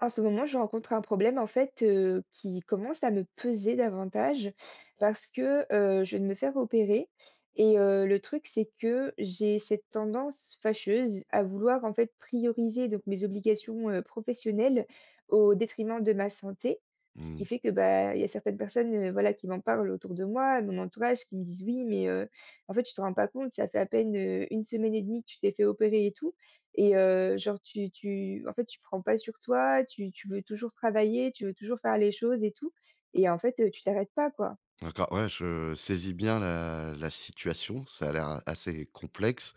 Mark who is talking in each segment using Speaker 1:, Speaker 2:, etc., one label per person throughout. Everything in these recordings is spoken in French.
Speaker 1: En ce moment, je rencontre un problème en fait, qui commence à me peser davantage parce que, je viens de me faire opérer et le truc c'est que j'ai cette tendance fâcheuse à vouloir en fait prioriser donc mes obligations, professionnelles au détriment de ma santé. Ce qui
Speaker 2: Mmh.
Speaker 1: fait que, bah, il y a certaines personnes, voilà qui m'en parlent autour de moi, mon entourage qui me disent: «Oui mais en fait tu te rends pas compte, ça fait à peine, 1 semaine et demie, que tu t'es fait opérer et tout». Et genre tu en fait, tu prends pas sur toi, tu veux toujours travailler, tu veux toujours faire les choses et tout et en fait, tu t'arrêtes pas, quoi.
Speaker 2: D'accord, ouais, je saisis bien la situation, ça a l'air assez complexe.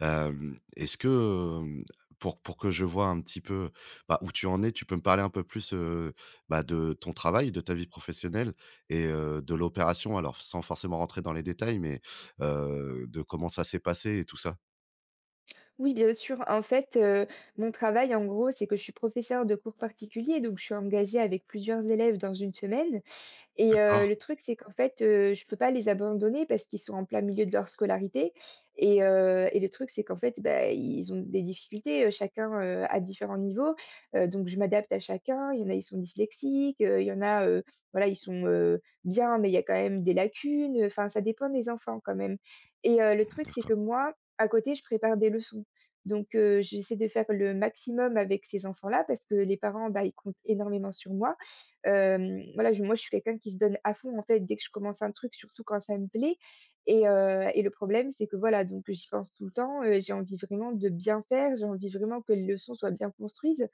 Speaker 2: Est-ce que, pour que je vois un petit peu, bah, où tu en es, tu peux me parler un peu plus, bah, de ton travail, de ta vie professionnelle et de l'opération? Alors sans forcément rentrer dans les détails, mais de comment ça s'est passé et tout ça?
Speaker 1: Oui, bien sûr. En fait, mon travail, en gros, c'est que je suis professeure de cours particuliers, donc je suis engagée avec plusieurs élèves dans une semaine. Et
Speaker 2: D'accord,
Speaker 1: le truc, c'est qu'en fait, je peux pas les abandonner parce qu'ils sont en plein milieu de leur scolarité et le truc, c'est qu'en fait, bah, ils ont des difficultés, chacun, à différents niveaux. Donc je m'adapte à chacun. Il y en a, ils sont dyslexiques, il y en a, voilà, ils sont, bien, mais il y a quand même des lacunes, enfin, ça dépend des enfants quand même et le truc, c'est que
Speaker 2: d'accord.
Speaker 1: moi, à côté, je prépare des leçons. Donc j'essaie de faire le maximum avec ces enfants-là parce que les parents, bah, ils comptent énormément sur moi. Voilà, je moi, je suis quelqu'un qui se donne à fond, en fait, dès que je commence un truc, surtout quand ça me plaît et le problème, c'est que, voilà, donc j'y pense tout le temps, j'ai envie vraiment de bien faire, j'ai envie vraiment que les leçons soient bien construites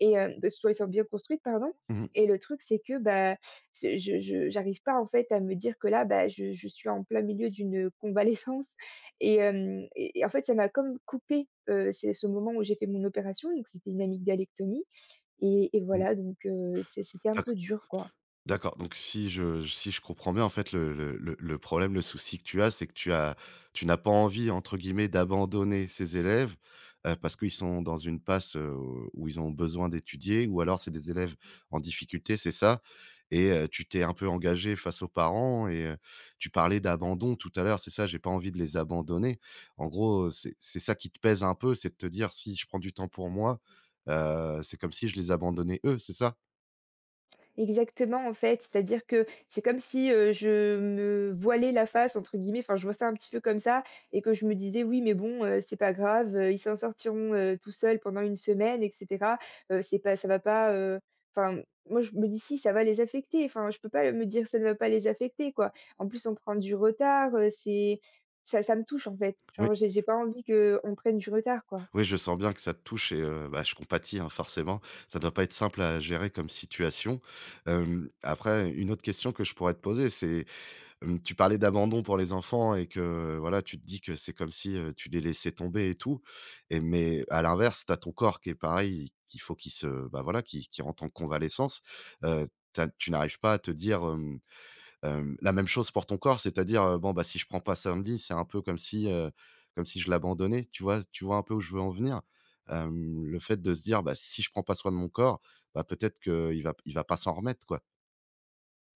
Speaker 1: et bah, soient bien construites, pardon.
Speaker 2: Mmh mh,
Speaker 1: Et le truc, c'est que, bah, ce je j'arrive pas, en fait, à me dire que là, bah, je suis en plein milieu d'une, convalescence et hem et en fait, ça m'a comme coupé. C'est ce moment où j'ai fait mon opération, donc c'était une amygdalectomie et
Speaker 2: mmh.
Speaker 1: voilà, donc c'était un peu dur, quoi.
Speaker 2: D'accord, donc si je si je comprends bien, en fait, le problème, le souci que tu as, c'est que tu n'as pas envie, entre guillemets, «d'abandonner» ces élèves, parce qu'ils sont dans une passe, où ils ont besoin d'étudier ou alors c'est des élèves en difficulté, c'est ça? Et tu t'es un peu engagé face aux parents et tu parlais d'abandon tout à l'heure, c'est ça? J'ai pas envie de les abandonner. En gros, c'est ça qui te pèse un peu, c'est de te dire: «Si je prends du temps pour moi, c'est comme si je les abandonnais eux», c'est ça?
Speaker 1: Exactement, en fait, c'est-à-dire que c'est comme si, je me «voilais la face» entre guillemets, enfin, je vois ça un petit peu comme ça et que je me disais: «Oui, mais bon, c'est pas grave, ils s'en sortiront, tout seuls pendant une semaine et cetera. C'est pas ça va pas» enfin, moi, je me dis: «Si, ça va les affecter». Enfin, je peux pas me dire: «Ça ne va pas les affecter», quoi. En plus, on prend du retard, c'est ça ça me touche, en fait. Genre, j'ai pas envie qu'on prenne du retard, quoi.
Speaker 2: Oui, je sens bien que ça te touche et bah, je compatis, hein, forcément. Ça doit pas être simple à gérer comme situation. Après, une autre question que je pourrais te poser, c'est, tu parlais d'abandon pour les enfants et que, voilà, tu te dis que c'est comme si, tu les laissais tomber et tout et mais à l'inverse, tu as ton corps qui est pareil, qu'il faut qu'il se bah, voilà, qui rentre en convalescence. Heu, tu n'arrives pas à te dire, la même chose pour ton corps, c'est-à-dire, bon, bah, si je prends pas samedi, c'est un peu comme si je l'abandonnais. Tu vois un peu où je veux en venir? Le fait de se dire: «Bah, si je prends pas soin de mon corps, bah, peut-être qu'il va il va pas s'en remettre, quoi».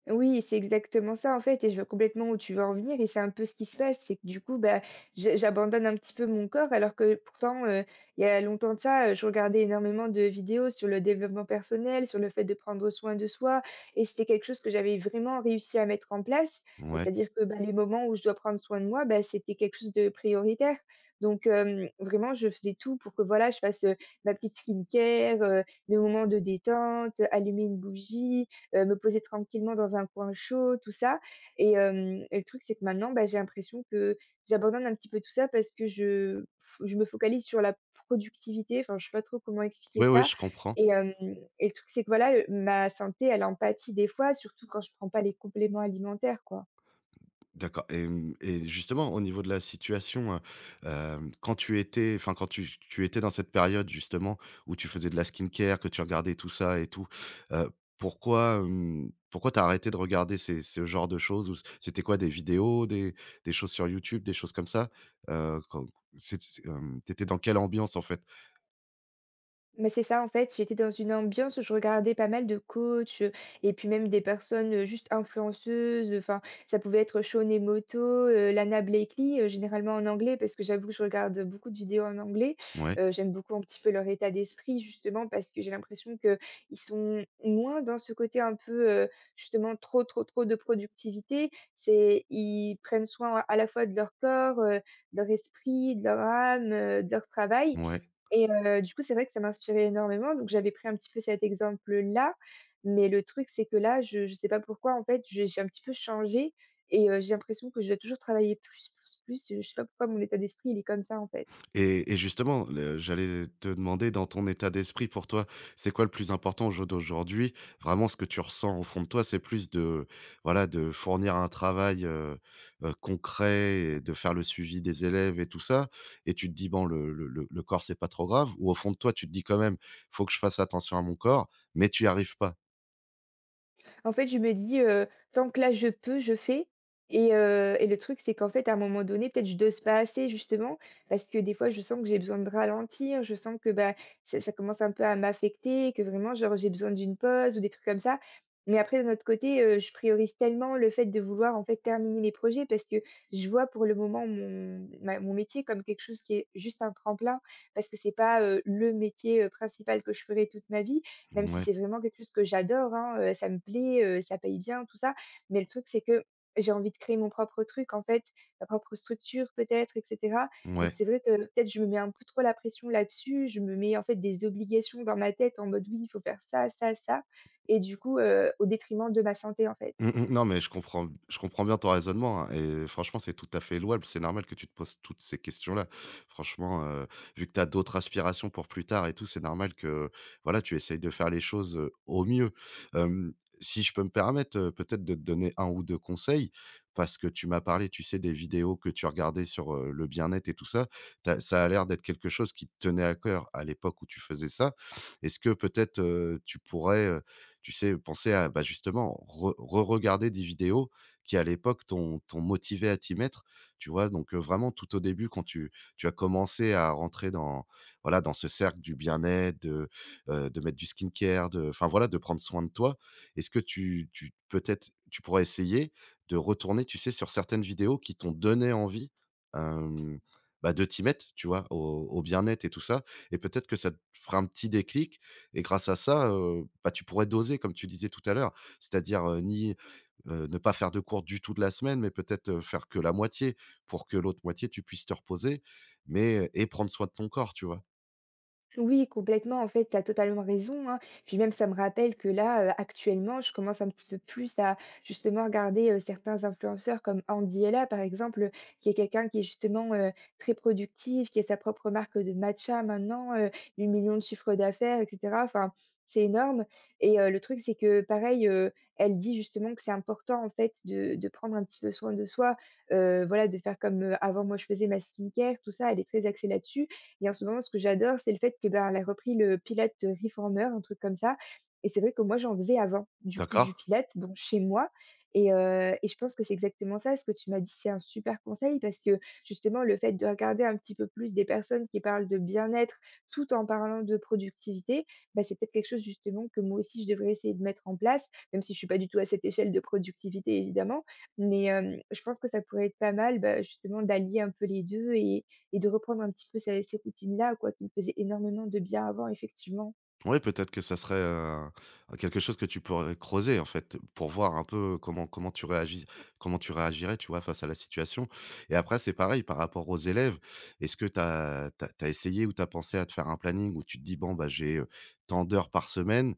Speaker 1: Oui, c'est exactement ça en fait et je vois complètement où tu veux en venir et c'est un peu ce qui se passe, c'est que du coup, bah, je j'abandonne un petit peu mon corps alors que pourtant, il y a longtemps de ça, je regardais énormément de vidéos sur le développement personnel, sur le fait de prendre soin de soi et c'était quelque chose que j'avais vraiment réussi à mettre en place. Bah,
Speaker 2: Ouais.
Speaker 1: c'est-à-dire que, bah, les moments où je dois prendre soin de moi, bah, c'était quelque chose de prioritaire. Donc vraiment je faisais tout pour que voilà, je fasse, ma petite skincare, mes moments de détente, allumer une bougie, me poser tranquillement dans un coin chaud, tout ça et le truc, c'est que maintenant, bah, j'ai l'impression que j'abandonne un petit peu tout ça parce que je me focalise sur la productivité, enfin, je sais pas trop comment expliquer
Speaker 2: Oui, oui,
Speaker 1: ça
Speaker 2: je comprends.
Speaker 1: et hem et le truc, c'est que voilà, ma santé, elle en pâtit des fois, surtout quand je prends pas les compléments alimentaires, quoi.
Speaker 2: D'accord et mmh et justement au niveau de la situation, quand tu étais enfin quand tu étais dans cette période justement où tu faisais de la skincare, que tu regardais tout ça et tout, heu, pourquoi, pourquoi t'as arrêté de regarder ces ce genre de choses ou c'était quoi des vidéos, des choses sur YouTube, des choses comme ça? Quand tu dans quelle ambiance en fait?
Speaker 1: Mais c'est ça, en fait, j'étais dans une ambiance où je regardais pas mal de coachs, et puis même des personnes, juste influenceuses, enfin, ça pouvait être Shaun et Moto, Lana Blakely, généralement en anglais parce que j'avoue que je regarde beaucoup de vidéos en anglais.
Speaker 2: Ouais,
Speaker 1: J'aime beaucoup un petit peu leur état d'esprit justement parce que j'ai l'impression que ils sont moins dans ce côté un peu, justement trop, trop, trop de productivité. C'est ils prennent soin à la fois de leur corps, de leur esprit, de leur âme, de leur travail
Speaker 2: ouais.
Speaker 1: et du coup, c'est vrai que ça m'inspirait énormément, donc j'avais pris un petit peu cet exemple-là, mais le truc, c'est que là, je ne sais pas pourquoi, en fait, je j'ai un petit peu changé et j'ai l'impression que je dois toujours travailler plus, plus, plus, je ne sais pas pourquoi mon état d'esprit, il est comme ça, en fait.
Speaker 2: Et justement, le j'allais te demander dans ton état d'esprit pour toi, c'est quoi le plus important au jour d'aujourd'hui? Vraiment ce que tu ressens au fond de toi, c'est plus de voilà, de fournir un travail, concret et de faire le suivi des élèves et tout ça et tu te dis: «Bon le corps c'est pas trop grave» ou au fond de toi tu te dis quand même: «Faut que je fasse attention à mon corps» mais tu n'y arrives pas?
Speaker 1: En fait, je me dis: «Tant que là je peux, je fais» et le truc, c'est qu'en fait, à un moment donné, peut-être je dose pas assez justement parce que des fois, je sens que j'ai besoin de ralentir, je sens que, bah, ça commence un peu à m'affecter, que vraiment, genre, j'ai besoin d'une pause ou des trucs comme ça. Mais après, d'un autre côté, je priorise tellement le fait de vouloir, en fait, terminer mes projets parce que je vois pour le moment mon métier comme quelque chose qui est juste un tremplin parce que c'est pas, le métier, principal que je ferai toute ma vie même si
Speaker 2: Ouais,
Speaker 1: c'est vraiment quelque chose que j'adore, hein, ça me plaît, ça paye bien, tout ça. Mais le truc, c'est que j'ai envie de créer mon propre truc, en fait, ma propre structure peut-être et cetera. Donc
Speaker 2: ouais.
Speaker 1: c'est vrai que peut-être je me mets un peu trop la pression là-dessus. Je me mets, en fait, des obligations dans ma tête en mode: «Oui, il faut faire ça, ça, ça» et du coup, au détriment de ma santé, en fait.
Speaker 2: Mmh mh. Non, mais je comprends bien ton raisonnement, hein et franchement, c'est tout à fait louable. C'est normal que tu te poses toutes ces questions-là. Franchement, vu que tu as d'autres aspirations pour plus tard et tout, c'est normal que, voilà, tu essayes de faire les choses, au mieux. Hem, Si je peux me permettre, peut-être de te donner un ou 2 conseils, parce que tu m'as parlé, tu sais, des vidéos que tu regardais sur, le bien-être et tout ça. Tu Ça a l'air d'être quelque chose qui te tenait à cœur à l'époque où tu faisais ça. Est-ce que peut-être, tu pourrais, tu sais, penser à, bah, justement, re re-regarder des vidéos qui à l'époque t'ont motivé à t'y mettre, tu vois? Donc vraiment tout au début quand tu as commencé à rentrer dans, voilà, dans ce cercle du bien-être, de mettre du skincare, de enfin voilà, de prendre soin de toi. Est-ce que tu tu peut-être, tu pourrais essayer de retourner, tu sais, sur certaines vidéos qui t'ont donné envie, hem, bah, de t'y mettre, tu vois? Au bien-être et tout ça et peut-être que ça te fera un petit déclic et grâce à ça, bah, tu pourrais doser comme tu disais tout à l'heure. C'est-à-dire, ni, ne pas faire de cours du tout de la semaine, mais peut-être, faire que la moitié pour que l'autre moitié, tu puisses te reposer, mais et prendre soin de ton corps, tu vois?
Speaker 1: Oui, complètement. En fait, tu as totalement raison, hein. Puis même, ça me rappelle que là, actuellement, je commence un petit peu plus à justement regarder, certains influenceurs comme Andy Ella, par exemple, qui est quelqu'un qui est justement, très productif, qui a sa propre marque de matcha maintenant, 8 000 de chiffre d'affaires et cetera. Enfin, c'est énorme et le truc, c'est que pareil, elle dit justement que c'est important, en fait, de prendre un petit peu soin de soi, voilà, de faire comme, avant moi je faisais ma skincare, tout ça, elle est très axée là-dessus et en ce moment, ce que j'adore, c'est le fait que, bah, elle a repris le Pilate Reformer, un truc comme ça et c'est vrai que moi, j'en faisais avant, du coup,
Speaker 2: D'accord?
Speaker 1: du Pilate bon, chez moi et je pense que c'est exactement ça, ce que tu m'as dit, c'est un super conseil parce que justement, le fait de regarder un petit peu plus des personnes qui parlent de bien-être tout en parlant de productivité, bah, c'est peut-être quelque chose justement que moi aussi, je devrais essayer de mettre en place, même si je suis pas du tout à cette échelle de productivité évidemment, mais je pense que ça pourrait être pas mal, bah, justement d'allier un peu les 2 et de reprendre un petit peu ces routines-là, quoi, qui me faisaient énormément de bien avant, effectivement.
Speaker 2: Ouais, peut-être que ça serait, quelque chose que tu pourrais creuser, en fait, pour voir un peu comment tu réagirais, tu vois, face à la situation et après c'est pareil par rapport aux élèves. Est-ce que tu as essayé ou tu as pensé à te faire un planning où tu te dis: «Bon, bah, j'ai, tant d'heures par semaine,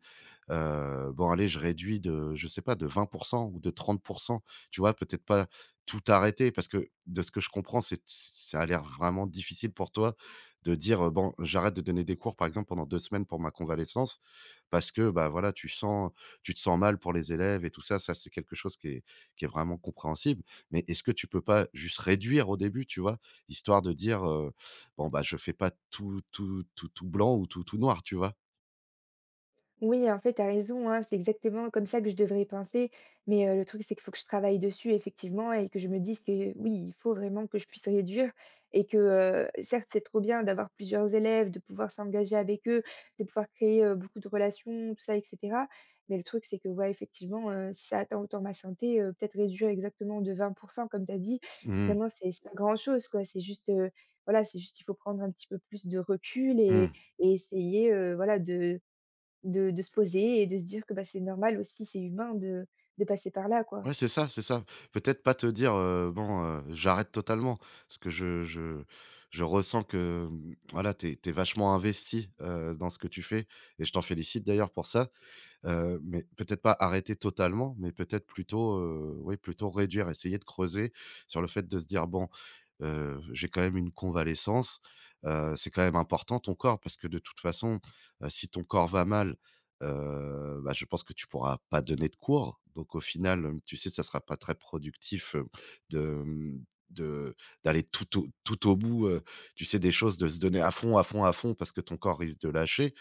Speaker 2: bon, allez, je réduis de je sais pas, de 20% ou de 30%, tu vois? Peut-être pas tout arrêter parce que de ce que je comprends, c'est ça a l'air vraiment difficile pour toi de dire, «Bon, j'arrête de donner des cours, par exemple, pendant 2 semaines pour ma convalescence» parce que, bah, voilà, tu te sens mal pour les élèves et tout ça. Ça, c'est quelque chose qui est vraiment compréhensible. Mais est-ce que tu peux pas juste réduire au début, tu vois? Histoire de dire, «Bon, bah, je fais pas tout tout tout tout blanc ou tout tout noir», tu vois?
Speaker 1: Oui, en fait, tu as raison, hein, c'est exactement comme ça que je devrais penser. Mais, le truc, c'est qu'il faut que je travaille dessus effectivement et que je me dise que oui, il faut vraiment que je puisse réduire et que, certes, c'est trop bien d'avoir plusieurs élèves, de pouvoir s'engager avec eux, de pouvoir créer, beaucoup de relations, tout ça et cetera. Mais le truc, c'est que, ouais, effectivement, si ça atteint autant ma santé, peut-être réduire exactement de 20 comme tu as dit,
Speaker 2: Mmh mh.
Speaker 1: finalement, c'est pas grand-chose, quoi. C'est juste, voilà, c'est juste il faut prendre un petit peu plus de recul et
Speaker 2: Mmh.
Speaker 1: et essayer, voilà, de se poser et de se dire que, bah, c'est normal aussi, c'est humain de passer par là, quoi.
Speaker 2: Ouais, c'est ça, c'est ça. Peut-être pas te dire, «Bon, j'arrête totalement». Parce que je je ressens que, mmh, voilà, t'es vachement investi, dans ce que tu fais et je t'en félicite d'ailleurs pour ça. Mais peut-être pas arrêter totalement, mais peut-être plutôt, oui, plutôt réduire, essayer de creuser sur le fait de se dire: «Bon, j'ai quand même une convalescence, c'est quand même important ton corps» parce que de toute façon, si ton corps va mal, bah, je pense que tu pourras pas donner de cours. Donc au final, tu sais, ça sera pas très productif, de, mmh, de d'aller tout au bout, tu sais, des choses, de se donner à fond, à fond, à fond parce que ton corps risque de lâcher.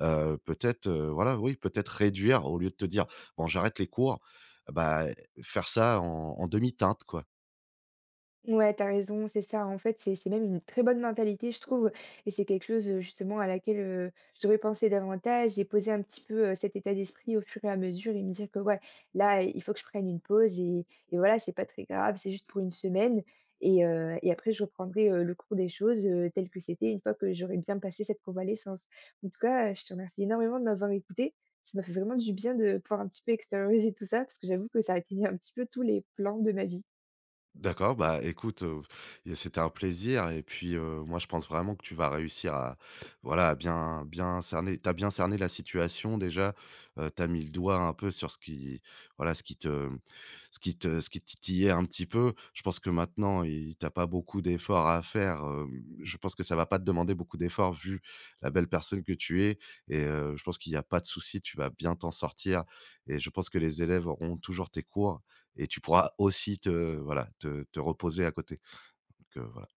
Speaker 2: Peut-être, voilà, oui, peut-être réduire au lieu de te dire: «Bon, j'arrête les cours», bah, faire ça en demi-teinte, quoi.
Speaker 1: Ouais, t'as raison, c'est ça. En fait, c'est même une très bonne mentalité, je trouve et c'est quelque chose, justement à laquelle, je devrais penser davantage et poser un petit peu, cet état d'esprit au fur et à mesure et me dire que, ouais, là, il faut que je prenne une pause et voilà, c'est pas très grave, c'est juste pour une semaine et après je reprendrai, le cours des choses, tel que c'était une fois que j'aurai bien passé cette convalescence. En tout cas, je te remercie énormément de m'avoir écouté. Ça m'a fait vraiment du bien de pouvoir un petit peu extérioriser tout ça parce que j'avoue que ça a atteignait un petit peu tous les plans de ma vie.
Speaker 2: D'accord, bah, écoute, et c'était un plaisir et puis, moi je pense vraiment que tu vas réussir à voilà, à bien bien cerner t'as bien cerné la situation déjà, tu mis le doigt un peu sur ce qui voilà, ce qui te titillait un petit peu. Je pense que maintenant il tu pas beaucoup d'efforts à faire, je pense que ça va pas te demander beaucoup d'efforts vu la belle personne que tu es et je pense qu'il y a pas de souci, tu vas bien t'en sortir et je pense que les élèves auront toujours tes cours et tu pourras aussi te voilà, te reposer à côté. Donc voilà.